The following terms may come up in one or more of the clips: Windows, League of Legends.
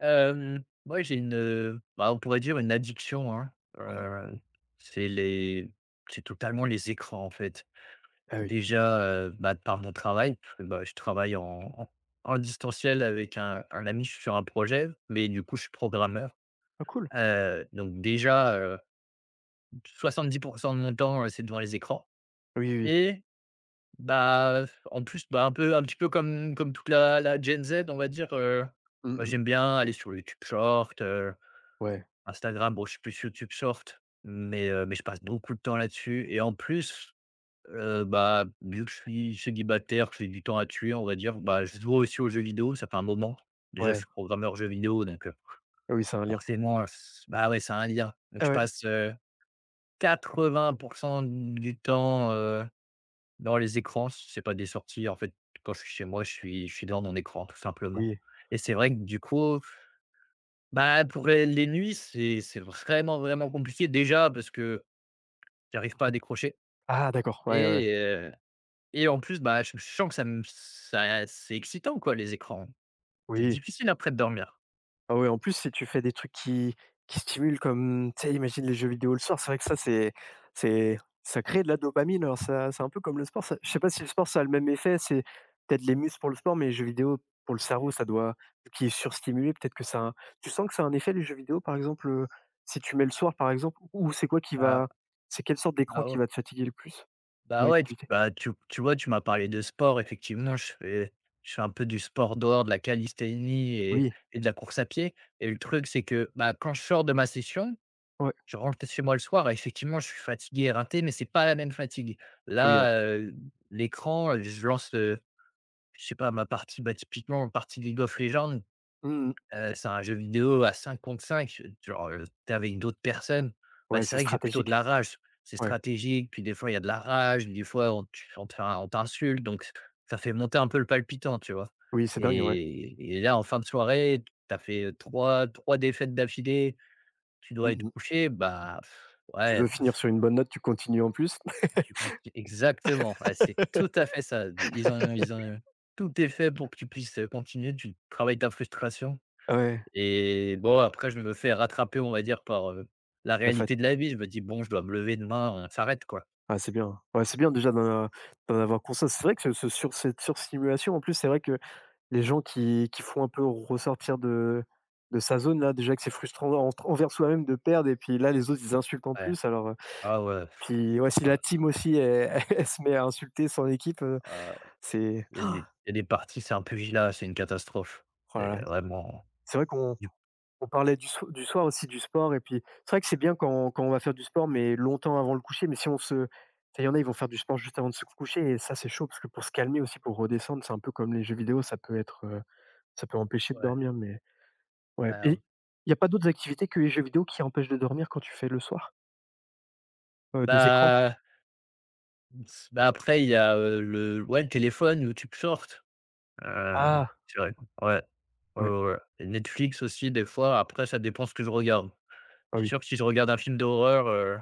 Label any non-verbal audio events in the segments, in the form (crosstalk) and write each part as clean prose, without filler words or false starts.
Moi j'ai une, bah, on pourrait dire une addiction, hein, Mmh. heu, c'est les c'est totalement les écrans, en fait. Ah oui. Déjà, bah, de par mon travail, parce que, bah, je travaille en distanciel avec un ami sur un projet, mais du coup je suis programmeur. Ah cool. Donc déjà, 70 de mon temps, c'est devant les écrans. Oui, oui, oui. Et bah, en plus, bah, un petit peu comme toute la Gen Z, on va dire, bah, Mmh mh. j'aime bien aller sur YouTube Short, Ouais, Instagram, bon, je suis plus YouTube Short, mais je passe beaucoup de temps là-dessus et en plus, bah, vu que je suis célibataire, que j'ai du temps à tuer, on va dire, bah, je joue aussi aux jeux vidéo, ça fait un moment. Déjà, je ouais. suis programmeur jeux vidéo, donc, Ah oui, c'est un lien. forcément, s bah, ouais, c'est un lien. Donc Ah je ouais, passe, 80 du temps, dans les écrans. C'est pas des sorties, en fait, quand je suis chez moi, je suis dans mon écran, tout simplement. oui. Et c'est vrai que, du coup, bah, pour les nuits, c'est vraiment, vraiment compliqué. Déjà parce que j'arrive pas à décrocher, Ah d'accord, ouais, ouais. et heu et en plus, bah, je sens que ça c'est excitant, quoi, les écrans. C'est Oui. difficile après de dormir. Ah ouais, en plus, si tu fais des trucs qui stimulent comme, tu sais, imagine les jeux vidéo le soir, c'est vrai que ça, c'est ça crée de la dopamine, alors ça c'est un peu comme le sport, ça je sais pas si le sport ça a le même effet, c'est peut-être les muscles pour le sport, mais les jeux vidéo pour le cerveau, ça doit qui est surstimulé, peut-être que ça a un- tu sens que ça a un effet les jeux vidéo, par exemple, si tu mets le soir, par exemple, ou Bah c'est quelle sorte d'écran bah ouais, qui va te fatiguer le plus comme ouais. tu Bah, tu vois, tu m'as parlé de sport, effectivement, je fais un peu du sport dehors, de la calisthénie et Oui, et de la course à pied. Et le truc, c'est que, bah, quand je sors de ma session, ouais, je rentre chez moi le soir et, effectivement, je suis fatigué et éreinté, mais c'est pas la même fatigue. ah oui, ouais. Là, l'écran, je lance, je sais pas, ma partie, bah, typiquement partie League of Legends. Mmh mh. C'est un jeu vidéo à 5 contre 5, genre, tu es avec d'autres personnes, bah, Ouais, c'est c'est vrai que j'ai plutôt de stratégique. la rage. C'est Ouais. stratégique, puis des fois, il y a de la rage, des fois on t'insulte, donc ça fait monter un peu le palpitant, tu vois? Oui, c'est dingue, ouais. Et là, en fin de soirée, t'as fait trois défaites d'affilée. Tu dois Mmh être mh. couché, bah. Tu Ouais, veux finir sur une bonne note, tu continues en plus. tu comptes, exactement, ouais, c'est tout à (laughs) fait ça. Ils ont tout est fait pour que tu puisses, continuer, tu travailles ta frustration. Ouais, Et bon, après, je me fais rattraper, on va dire, par, la la fat réalité de la vie. Je me dis: «Bon, je dois me lever demain, on s'arrête, quoi». ah c'est bien. Ouais, c'est bien déjà d'en avoir conscience. C'est vrai que ce sur cette surstimulation en plus, c'est vrai que les gens qui font un peu ressortir de sa zone là, déjà que c'est frustrant en envers soi-même de perdre et puis là les autres ils insultent en Ouais. plus alors, Ah ouais, puis ouais si la team aussi elle (laughs) elle se met à insulter son équipe, heu, c'est il y a des il y a des parties, c'est un peu pugilat, c'est une catastrophe. oh là C'est là, vraiment c'est vrai qu'on du On parlait du soir aussi, du sport et puis c'est vrai que c'est bien quand on va faire du sport, mais longtemps avant le coucher, mais si on se il y en a, ils vont faire du sport juste avant de se coucher et ça, c'est chaud parce que pour se calmer aussi, pour redescendre, c'est un peu comme les jeux vidéo, ça peut empêcher de Ouais, dormir, mais ouais. alors, Et il y a pas d'autres activités que les jeux vidéo qui empêchent de dormir quand tu fais le soir? Des écrans? bah après il y a, le ouais, le téléphone, YouTube Shorts, Ah! c'est vrai, ouais. Ouais, Ouais. ouais, ouais. Et Netflix aussi des fois, après ça dépend ce que je regarde. Ah C'est oui. sûr que si je regarde un film d'horreur,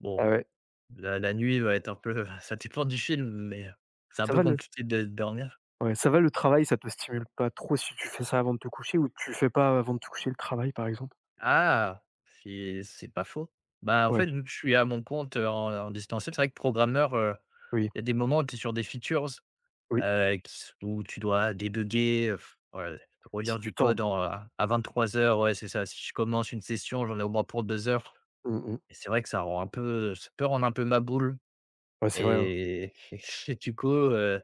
bon, Ah ouais. la nuit va être un peu (laughs) ça dépend du film, mais c'est un Ça peu va le compliqué de dormir. ouais, ça va le travail, ça te stimule pas trop si tu fais ça avant de te coucher ou tu fais pas avant de te coucher le travail, par exemple? Ah! C'est pas faux. Bah, en fait, Ouais, vu que je suis à mon compte, en distanciel, c'est vrai que, programmeur, oui, il y a des moments où tu es sur des features, oui, qui où tu dois débugger, ouais, relire c'est du du temps. code, en à 23 heures. Ouais, c'est ça. Si je commence une session, j'en ai au moins pour 2 heures Mmh mmh. et c'est vrai que ça peut rendre un peu ma boule. Ouais, c'est vrai, hein. Et (laughs) et du coup,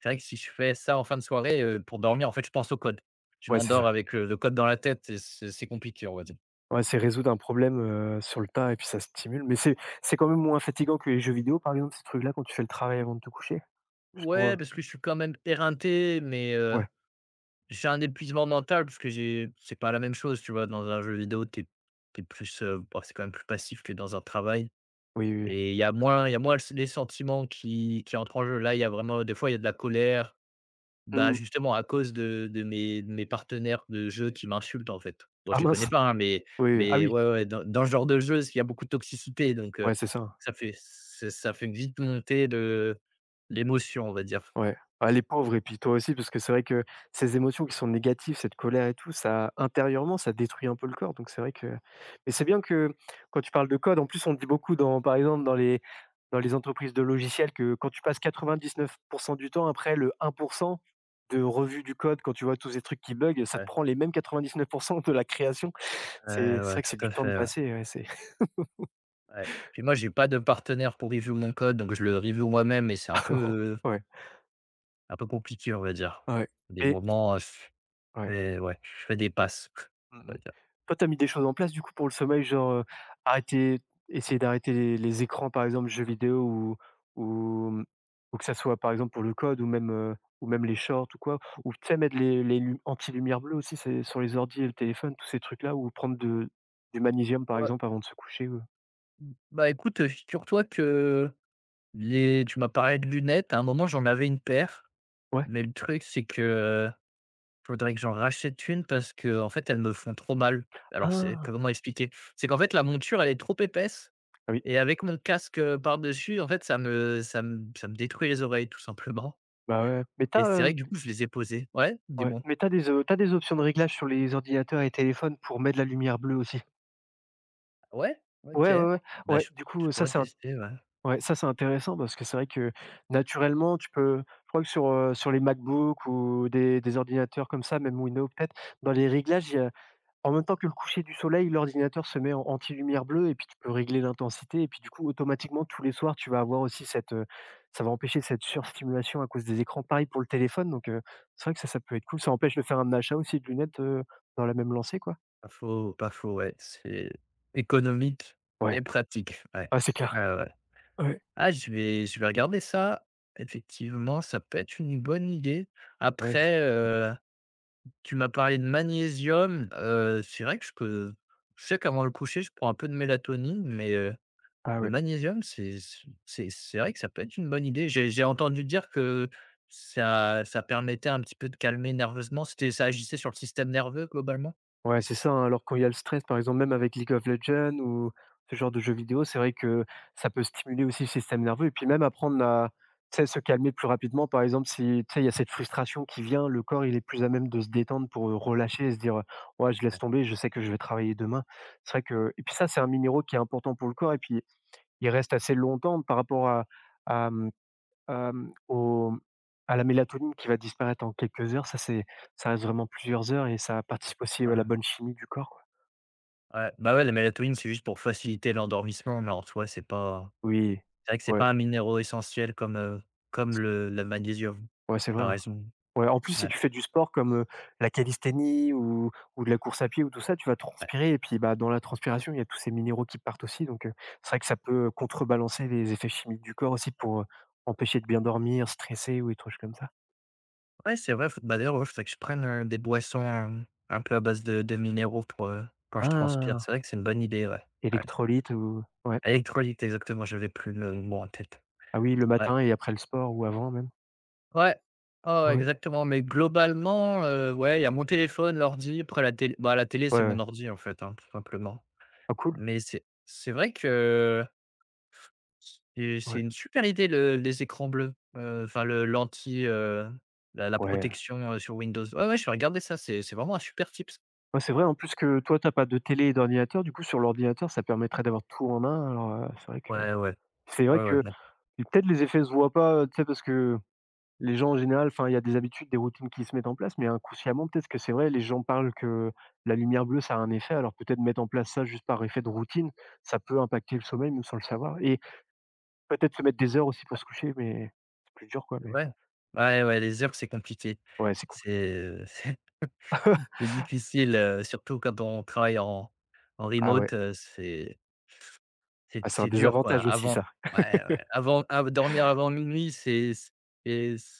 c'est vrai que si je fais ça en fin de soirée, pour dormir, en fait, je pense au code. Je Ouais, c'est ça. m'endors avec, le code dans la tête et c'est compliqué, on va dire. Ouais, c'est résoudre un problème, sur le tas et puis ça stimule, mais c'est quand même moins fatigant que les jeux vidéo, par exemple, ces trucs-là, quand tu fais le travail avant de te coucher? Juste pour, Ouais, heu parce que je suis quand même éreinté, mais ouais, j'ai un épuisement mental, parce que j'ai c'est pas la même chose, tu vois? Dans un jeu vidéo, t'es es plus, bah, c'est quand même plus passif que dans un travail. oui, oui, oui. Et il y a moins les sentiments qui entrent en jeu. Là, il y a vraiment des fois, il y a de la colère, bah, Mmh. justement à cause de mes partenaires de jeu qui m'insultent, en fait. Bon, je Ah les mince! connais pas, hein, mais Oui, oui. Ah oui, ouais, ouais, dans ce genre de jeu, il y a beaucoup de toxicité, donc, ouais, c'est ça. Hein. ça fait vite monter de l'émotion, on va dire. Ouais. Ah, les pauvres, et puis toi aussi, parce que c'est vrai que ces émotions qui sont négatives, cette colère et tout, ça intérieurement, ça détruit un peu le corps. Donc c'est vrai que Mais c'est bien que quand tu parles de code, en plus on dit beaucoup dans par exemple dans les entreprises de logiciels que quand tu passes 99% du temps, après le 1% de revue du code, quand tu vois tous ces trucs qui bug, ça te Ouais, prend les mêmes 99% de la création. ouais, C'est ouais, vrai que tout c'est à du temps de fait, ouais. passer, ouais, c'est Ouais. Puis moi, j'ai pas de partenaire pour review mon code, donc je le review moi-même et c'est (laughs) heu, ouais. un peu compliqué, on va dire. Ouais. Des Et moments, je ouais. fais ouais, je fais des passes, (laughs) on Mmh mh. va dire. Toi, tu as mis des choses en place du coup pour le sommeil, genre, arrêter essayer d'arrêter les écrans par exemple, jeux vidéo ou ou que ça soit par exemple pour le code ou même, les shorts ou quoi? Ou tu sais mettre les lu anti-lumière bleue aussi, c'est sur les ordis et le téléphone, tous ces trucs là ou prendre de du magnésium par Ouais. exemple avant de se coucher? Bah, écoute, figure-toi que, les tu m'as parlé de lunettes, à un moment, j'en avais une paire, Ouais? mais le truc, c'est que... Faudrait que j'en rachète une, parce que, en fait, elles me font trop mal. Alors, c'est Ah! comment expliquer? C'est qu'en fait, la monture, elle est trop épaisse, Ah oui, et avec mon casque, par-dessus, en fait, ça me détruit les oreilles, tout simplement. bah, ouais. Mais tu Et as, c'est vrai que, du coup, je les ai posées. Ouais? ouais, Dis-moi. mais tu as des options de réglage sur les ordinateurs et téléphones pour mettre la lumière bleue aussi? Ouais? OK. Ouais, ouais, ouais. Bah, Ouais, je du coup, je pourrais tester, ouais. Ça c'est intéressant parce que c'est vrai que naturellement, tu peux je crois que sur, sur les MacBook ou des ordinateurs comme ça, même Windows peut-être, dans les réglages, il y a en même temps que le coucher du soleil, l'ordinateur se met en anti-lumière bleue et puis tu peux régler l'intensité et puis du coup automatiquement tous les soirs, tu vas avoir aussi ça va empêcher cette surstimulation à cause des écrans. Pareil pour le téléphone donc, c'est vrai que ça peut être cool. Ça empêche de faire un achat aussi de lunettes, dans la même lancée, quoi. Pas faux, pas faux, ouais. C'est économique et Ouais. pratique, ouais. Ah c'est clair. Ah ouais, ouais. Ouais. Ah, je vais regarder ça. Effectivement, ça peut être une bonne idée. Ouais. Après, tu m'as parlé de magnésium, c'est vrai que je sais qu'avant le coucher, je prends un peu de mélatonine, mais, Ah le ouais. magnésium, c'est vrai que ça peut être une bonne idée. J'ai entendu dire que ça permettait un petit peu de calmer nerveusement, c'était ça agissait sur le système nerveux globalement? Ouais, c'est ça, hein, alors quand il y a le stress, par exemple, même avec League of Legends ou ce genre de jeux vidéo, c'est vrai que ça peut stimuler aussi le système nerveux et puis même apprendre à, tu sais, se calmer plus rapidement. Par exemple, si, tu sais, il y a cette frustration qui vient, le corps, il est plus à même de se détendre pour, relâcher et se dire, «Ouais, je Ouais. laisse tomber, je sais que je vais travailler demain». C'est vrai que Et puis ça, c'est un minéraux qui est important pour le corps et puis il reste assez longtemps par rapport à, mmh, Hem, au à la mélatonine qui va disparaître en quelques heures, ça reste vraiment plusieurs heures et ça participe aussi à la Ouais. bonne chimie du corps, quoi. Ouais, bah, ouais, la mélatonine, c'est juste pour faciliter l'endormissement, mais en soi, Oui, c'est vrai que c'est ouais, pas un minéraux essentiel comme le magnésium, ouais, c'est vrai, par hein. exemple. Ouais, en plus, si Ouais, tu fais du sport comme, la calisthénie ou de la course à pied ou tout ça, tu vas ouais. transpirer et puis, bah, dans la transpiration, il y a tous ces minéraux qui partent aussi donc, c'est vrai que ça peut contrebalancer les effets chimiques du corps aussi pour, empêcher de bien dormir, stresser ou des trucs comme ça. Ouais, c'est vrai. Faut Bah, d'ailleurs, ouais, faudrait que je prenne, des boissons, un peu à base de minéraux pour, quand je transpire. C'est Ah! vrai que c'est une bonne idée, ouais, ouais. Électrolytes ou ouais. Électrolytes, exactement, j'avais plus le mot en tête. Ah oui, le Ouais. matin et après le sport ou avant même. Ouais. Oh, Ouais. exactement, mais globalement, ouais, il y a mon téléphone, l'ordi, après la télé... bah, La télé, Ouais, c'est ouais. mon ordi, en fait, hein, tout simplement. Ah cool, Mais c'est vrai que et c'est ouais. une super idée, le les écrans bleus, enfin le l'anti, la Ouais, protection, sur Windows. Ouais, ouais, je vais regarder ça, c'est vraiment un super tips. ouais, c'est vrai en plus que toi, t'as pas de télé et d'ordinateur, du coup sur l'ordinateur, ça permettrait d'avoir tout en un, alors, heu, c'est vrai que Ouais, ouais, c'est vrai ouais, ouais, que bah, et peut-être les effets se voient pas, tu sais? Parce que les gens en général, enfin, il y a des habitudes, des routines qui se mettent en place, mais inconsciemment, peut-être que c'est vrai, les gens parlent que la lumière bleue, ça a un effet, alors peut-être mettre en place ça juste par effet de routine, ça peut impacter le sommeil même sans le savoir et peut-être se mettre des heures aussi pour se coucher, mais c'est plus dur quoi, c'est mais vrai. Ouais, ouais, les heures, c'est compliqué. ouais, c'est cool. C'est (laughs) (laughs) c'est difficile, surtout quand on travaille en Ah ouais, remote, c'est... C'est ah c'est un c'est dur, quoi. désavantage aussi Avant ça, ouais, ouais, avant av dormir avant minuit,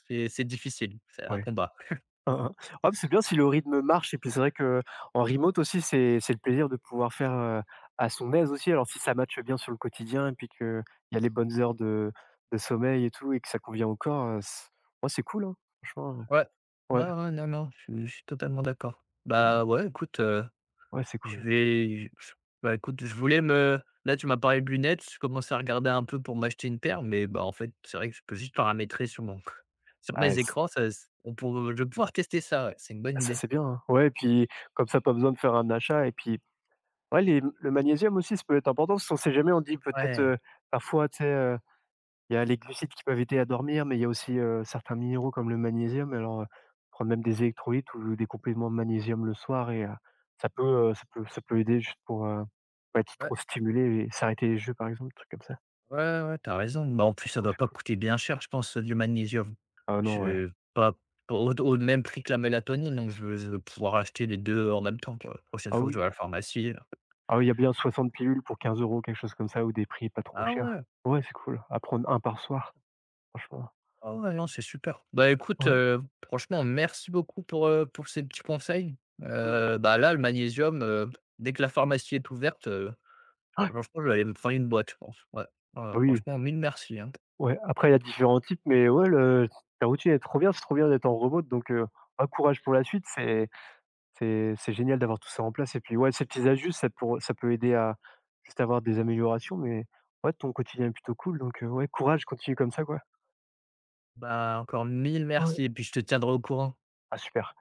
c'est difficile, c'est un ouais. combat. (laughs) Hein, hein. Ah, mais c'est bien si le rythme marche et puis c'est vrai que en remote aussi, c'est le plaisir de pouvoir faire, à son aise aussi. Alors si ça matche bien sur le quotidien et puis qu'il y a les bonnes heures de sommeil et tout et que ça convient au corps, c ouais, c'est cool, hein, franchement, Ouais. Ouais, ouais. ouais, non, non, je suis totalement d'accord. Mmh. Bah, ouais, écoute, Ouais, c'est je cool. vais je bah, écoute, je voulais me là, tu m'as parlé de lunettes, je commençais à regarder un peu pour m'acheter une paire, mais bah, en fait, c'est vrai que je peux juste paramétrer sur mon (laughs) sur Ah mes et c écrans. Ça on pour Je vais pouvoir tester ça, ouais, c'est une bonne ah, ça, idée. c'est bien, hein. Ouais et puis comme ça, pas besoin de faire un achat et puis ouais, les le magnésium aussi, ça peut être important parce qu'on sait jamais, on dit peut-être, Ouais, parfois, tu sais, il y a les glucides qui peuvent aider à dormir, mais il y a aussi, certains minéraux comme le magnésium. Alors, prendre même des électrolytes ou des compléments de magnésium le soir et ça peut aider juste pour, pas être ouais, trop stimulé et s'arrêter les jeux, par exemple, des trucs comme ça. ouais, ouais, tu raison. Bah, en plus, ça Ouais, doit c'est pas cool. coûter bien cher, je pense, du magnésium. Ah non, ouais. Je pas pas au au même prix que la mélatonine, donc je vais pouvoir acheter les 2 en même temps, quoi, la prochaine Ah fois que je vais oui, à la pharmacie. ah oui, il y a bien 60 pilules pour 15 € quelque chose comme ça ou des prix pas trop Ah chers. ouais! Ouais, c'est cool à prendre un par soir, franchement. Ah ouais, non, c'est super. Bah, écoute, Ouais. Franchement, merci beaucoup pour ces petits conseils. Mmh. Bah, là, le magnésium, dès que la pharmacie est ouverte, Ouais. franchement, je vais aller me faire une boîte, je pense. Ouais, Bah ouais, oui, franchement, mille merci, hein. ouais, après il y a différents types, mais ouais, le la routine est trop bien, c'est trop bien d'être en remote donc, bah courage pour la suite. C'est génial d'avoir tout ça en place et puis, ouais, ces petits ajustes, ça peut aider à juste avoir des améliorations mais ouais, ton quotidien est plutôt cool donc ouais, courage, continue comme ça, quoi. Bah, encore mille Ouais. merci et puis je te tiendrai au courant. Ah super.